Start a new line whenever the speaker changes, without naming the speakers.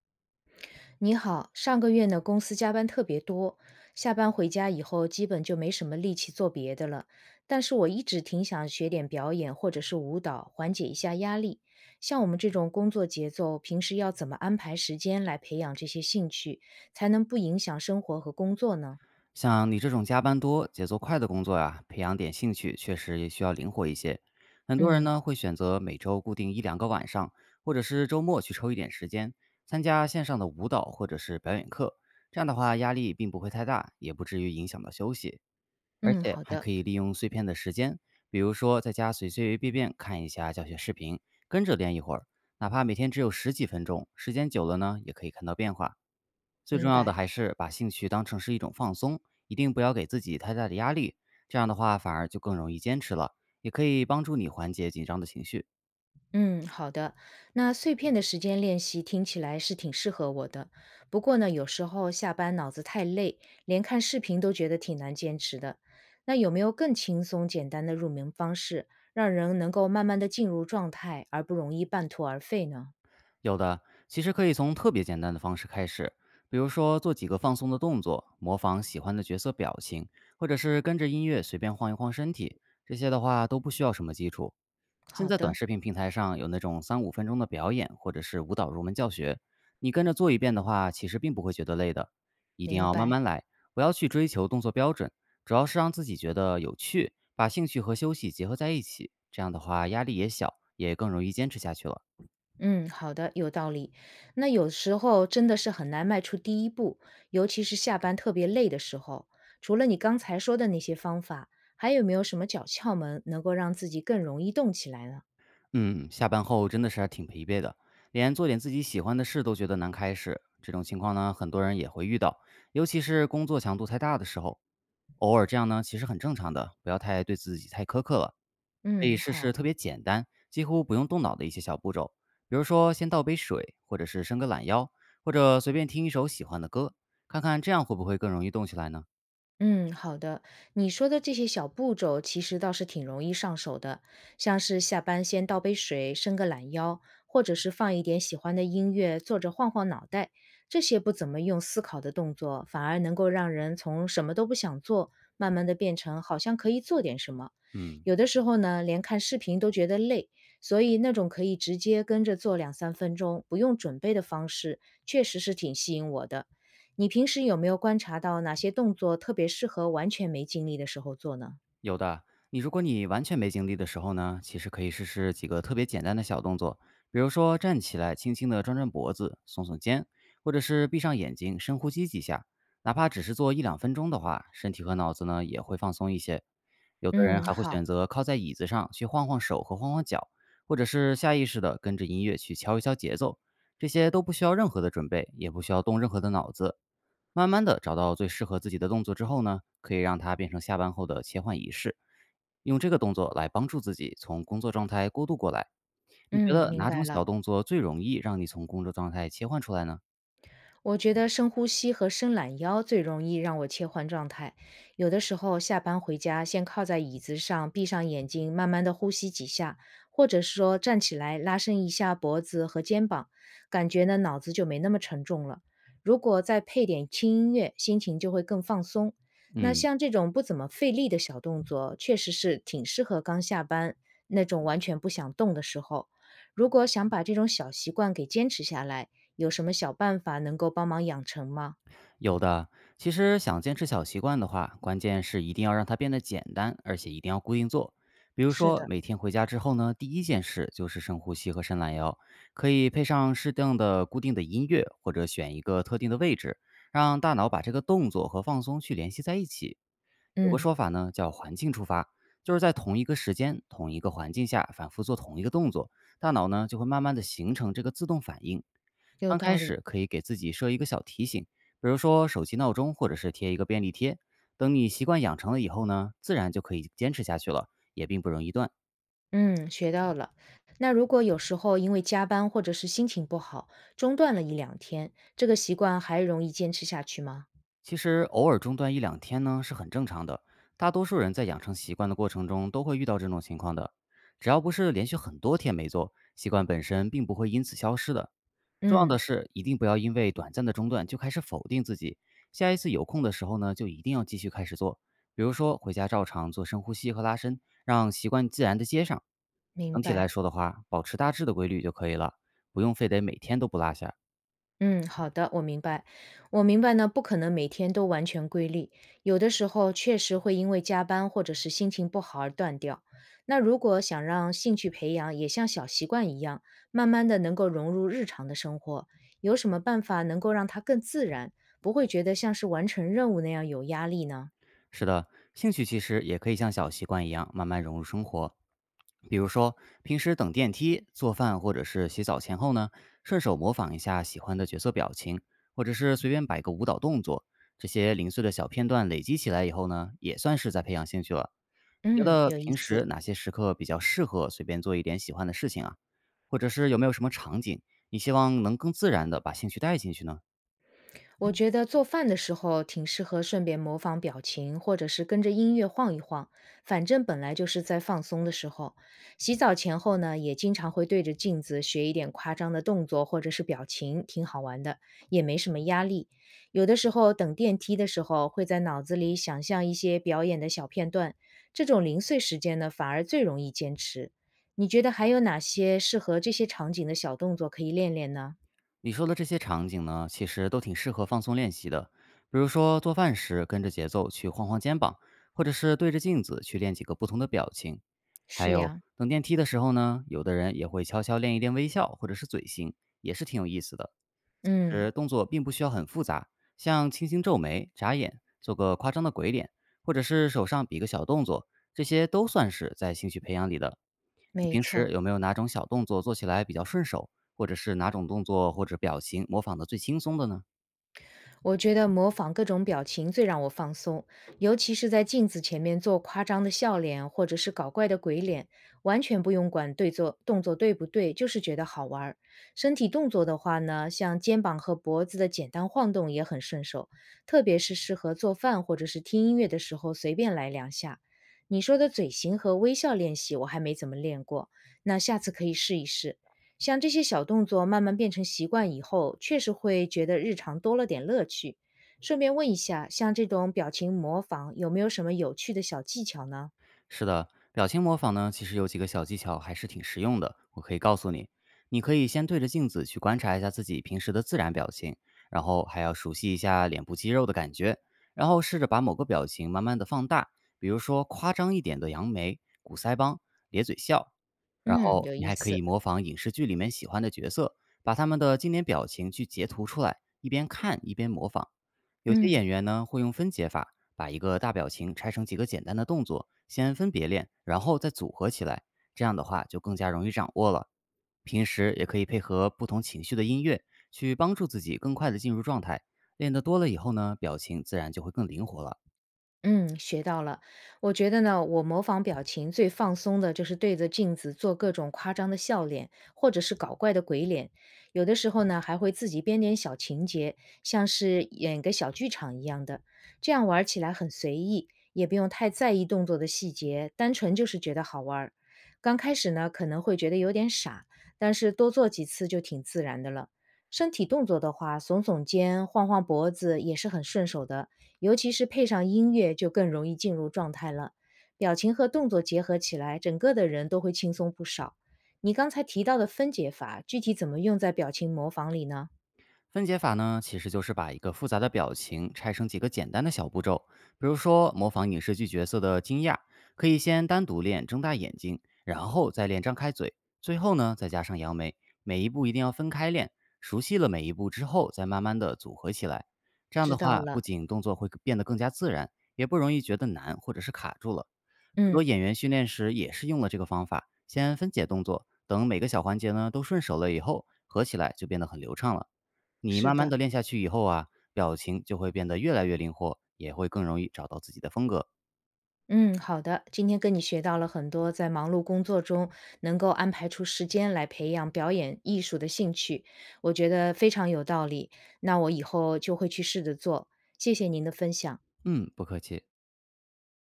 你好，上个月呢，公司加班特别多，下班回家以后基本就没什么力气做别的了。但是我一直挺想学点表演或者是舞蹈，缓解一下压力。像我们这种工作节奏，平时要怎么安排时间来培养这些兴趣，才能不影响生活和工作呢？
像你这种加班多、节奏快的工作呀，培养点兴趣确实也需要灵活一些。很多人
嗯
呢会选择每周固定一两个晚上，或者是周末去抽一点时间，参加线上的舞蹈或者是表演课。这样的话，压力并不会太大，也不至于影响到休息，而
嗯，
且
好
还
的，
可以利用碎片的时间，比如说在家随随便便看一下教学视频，跟着练一会儿，哪怕每天只有十几分钟，时间久了呢，也可以看到变化。最重
明
要
白。
的还是把兴趣当成是一种放松，一定不要给自己太大的压力，这样的话反而就更容易坚持了，也可以帮助你缓解紧张的情绪。
嗯，好的。那碎片的时间练习听起来是挺适合我的，不过呢，有时候下班脑子太累，连看视频都觉得挺难坚持的。那有没有更轻松简单的入门方式，让人能够慢慢的进入状态，而不容易半途而废呢？
有的，其实可以从特别简单的方式开始，比如说做几个放松的动作，模仿喜欢的角色表情，或者是跟着音乐随便晃一晃身体，这些的话都不需要什么基础，现
好
在短
的，
视频平台上有那种三五分钟的表演，或者是舞蹈入门教学，你跟着做一遍的话，其实并不会觉得累的。一定
明
要慢
白。
慢来，不要去追求动作标准，主要是让自己觉得有趣，把兴趣和休息结合在一起，这样的话压力也小，也更容易坚持下去了。
嗯，好的，有道理。那有时候真的是很难迈出第一步，尤其是下班特别累的时候。除了你刚才说的那些方法，还有没有什么小窍门能够让自己更容易动起来呢？
嗯，下班后真的是还挺疲惫的，连做点自己喜欢的事都觉得难开始。这种情况呢，很多人也会遇到，尤其是工作强度太大的时候。偶尔这样呢，其实很正常的，不要太对自己太苛刻了。可以
嗯，
试试
好。
特别简单，几乎不用动脑的一些小步骤，比如说先倒杯水，或者是伸个懒腰，或者随便听一首喜欢的歌，看看这样会不会更容易动起来呢？
嗯，好的。你说的这些小步骤其实倒是挺容易上手的，像是下班先倒杯水、伸个懒腰，或者是放一点喜欢的音乐，坐着晃晃脑袋，这些不怎么用思考的动作，反而能够让人从什么都不想做，慢慢的变成好像可以做点什么。
嗯，
有的时候呢，连看视频都觉得累，所以那种可以直接跟着做两三分钟，不用准备的方式，确实是挺吸引我的。你平时有没有观察到哪些动作特别适合完全没精力的时候做呢？
有的。你如果你完全没精力的时候呢，其实可以试试几个特别简单的小动作，比如说站起来，轻轻的转转脖子，耸耸肩，或者是闭上眼睛，深呼吸几下。哪怕只是做一两分钟的话，身体和脑子呢也会放松一些。有的人
嗯，
还会
好，
选择靠在椅子上去晃晃手和晃晃脚，或者是下意识的跟着音乐去敲一敲节奏，这些都不需要任何的准备，也不需要动任何的脑子。慢慢的找到最适合自己的动作之后呢，可以让它变成下班后的切换仪式，用这个动作来帮助自己从工作状态过渡过来。你觉
嗯，
得
明
哪
白
种
了。
小动作最容易让你从工作状态切换出来呢？
我觉得深呼吸和伸懒腰最容易让我切换状态。有的时候下班回家，先靠在椅子上，闭上眼睛，慢慢的呼吸几下，或者是说站起来拉伸一下脖子和肩膀，感觉呢脑子就没那么沉重了。如果再配点轻音乐，心情就会更放松。那
嗯。
像这种不怎么费力的小动作，确实是挺适合刚下班那种完全不想动的时候。如果想把这种小习惯给坚持下来，有什么小办法能够帮忙养成吗？
有的，其实想坚持小习惯的话，关键是一定要让它变得简单，而且一定要固定做。比如
是
说，
的，
每天回家之后呢，第一件事就是深呼吸和伸懒腰，可以配上适当的固定的音乐，或者选一个特定的位置，让大脑把这个动作和放松去联系在一起。有个
嗯，
说法呢，叫环境触发，就是在同一个时间、同一个环境下反复做同一个动作，大脑呢就会慢慢的形成这个自动反应。
有
刚
道
开
理，
始可以给自己设一个小提醒，比如说手机闹钟，或者是贴一个便利贴。等你习惯养成了以后呢，自然就可以坚持下去了，也并不容易断。
嗯，学到了。那如果有时候因为加班或者是心情不好，中断了一两天，这个习惯还容易坚持下去吗？
其实偶尔中断一两天呢是很正常的，大多数人在养成习惯的过程中都会遇到这种情况的。只要不是连续很多天没做，习惯本身并不会因此消失的。重要的
嗯，
是，一定不要因为短暂的中断就开始否定自己。下一次有空的时候呢，就一定要继续开始做。比如说，回家照常做深呼吸和拉伸，让习惯自然的接上。
明
整体来
白。
说的话，保持大致的规律就可以了，不用非得每天都不落下。
嗯，好的，我明白。我明白呢，不可能每天都完全规律，有的时候确实会因为加班或者是心情不好而断掉。那如果想让兴趣培养也像小习惯一样，慢慢的能够融入日常的生活，有什么办法能够让它更自然，不会觉得像是完成任务那样有压力呢？
是的，兴趣其实也可以像小习惯一样慢慢融入生活。比如说，平时等电梯、做饭或者是洗澡前后呢，顺手模仿一下喜欢的角色表情，或者是随便摆个舞蹈动作，这些零碎的小片段累积起来以后呢，也算是在培养兴趣了。你觉
嗯，
得
有意
平时
思。
哪些时刻比较适合随便做一点喜欢的事情啊？或者是有没有什么场景，你希望能更自然的把兴趣带进去呢？
我觉得做饭的时候挺适合顺便模仿表情，或者是跟着音乐晃一晃，反正本来就是在放松的时候。洗澡前后呢，也经常会对着镜子学一点夸张的动作或者是表情，挺好玩的，也没什么压力。有的时候等电梯的时候，会在脑子里想象一些表演的小片段，这种零碎时间呢，反而最容易坚持。你觉得还有哪些适合这些场景的小动作可以练练呢？
你说的这些场景呢，其实都挺适合放松练习的。比如说做饭时跟着节奏去晃晃肩膀，或者是对着镜子去练几个不同的表情。还
是
有
呀，
等电梯的时候呢，有的人也会悄悄练一练微笑或者是嘴型，也是挺有意思的。其
嗯，
实动作并不需要很复杂，像轻轻皱眉、眨眼、做个夸张的鬼脸，或者是手上比个小动作，这些都算是在兴趣培养里的。你
没
平时
错。
有没有哪种小动作做起来比较顺手，或者是哪种动作或者表情模仿的最轻松的呢？
我觉得模仿各种表情最让我放松，尤其是在镜子前面做夸张的笑脸或者是搞怪的鬼脸，完全不用管对做动作对不对，就是觉得好玩儿。身体动作的话呢，像肩膀和脖子的简单晃动也很顺手，特别是适合做饭或者是听音乐的时候随便来两下。你说的嘴型和微笑练习，我还没怎么练过，那下次可以试一试。像这些小动作慢慢变成习惯以后，确实会觉得日常多了点乐趣。顺便问一下，像这种表情模仿有没有什么有趣的小技巧呢？
是的，表情模仿呢，其实有几个小技巧还是挺实用的，我可以告诉你。你可以先对着镜子去观察一下自己平时的自然表情，然后还要熟悉一下脸部肌肉的感觉，然后试着把某个表情慢慢的放大，比如说夸张一点的扬眉、鼓腮帮、咧嘴笑。然
嗯，
后
有
你
意
还可
思。
以模仿影视剧里面喜欢的角色，把他们的经典表情去截图出来，一边看一边模仿。有些
嗯，
演员呢会用分解法，把一个大表情拆成几个简单的动作，先分别练，然后再组合起来。这样的话就更加容易掌握了。平时也可以配合不同情绪的音乐，去帮助自己更快的进入状态。练得多了以后呢，表情自然就会更灵活了。
嗯，学到了。我觉得呢，我模仿表情最放松的就是对着镜子做各种夸张的笑脸，或者是搞怪的鬼脸。有的时候呢，还会自己编点小情节，像是演个小剧场一样的。这样玩起来很随意，也不用太在意动作的细节，单纯就是觉得好玩儿。刚开始呢，可能会觉得有点傻，但是多做几次就挺自然的了。身体动作的话，耸耸肩、晃晃脖子也是很顺手的。尤其是配上音乐，就更容易进入状态了。表情和动作结合起来，整个的人都会轻松不少。你刚才提到的分解法，具体怎么用在表情模仿里呢？
分解法呢，其实就是把一个复杂的表情拆成几个简单的小步骤。比如说，模仿影视剧角色的惊讶，可以先单独练睁大眼睛，然后再练张开嘴，最后呢再加上扬眉。每一步一定要分开练，熟悉了每一步之后，再慢慢的组合起来。这样
知
的
道
话，不
了，
仅动作会变得更加自然，也不容易觉得难或者是卡住了。很多
嗯，
演员训练时也是用了这个方法，先分解动作，等每个小环节呢都顺手了以后，合起来就变得很流畅了。你
是
慢慢
的，
的练下去以后啊，表情就会变得越来越灵活，也会更容易找到自己的风格。
嗯，好的。今天跟你学到了很多，在忙碌工作中能够安排出时间来培养表演艺术的兴趣，我觉得非常有道理。那我以后就会去试着做。谢谢您的分享。
嗯，不客气。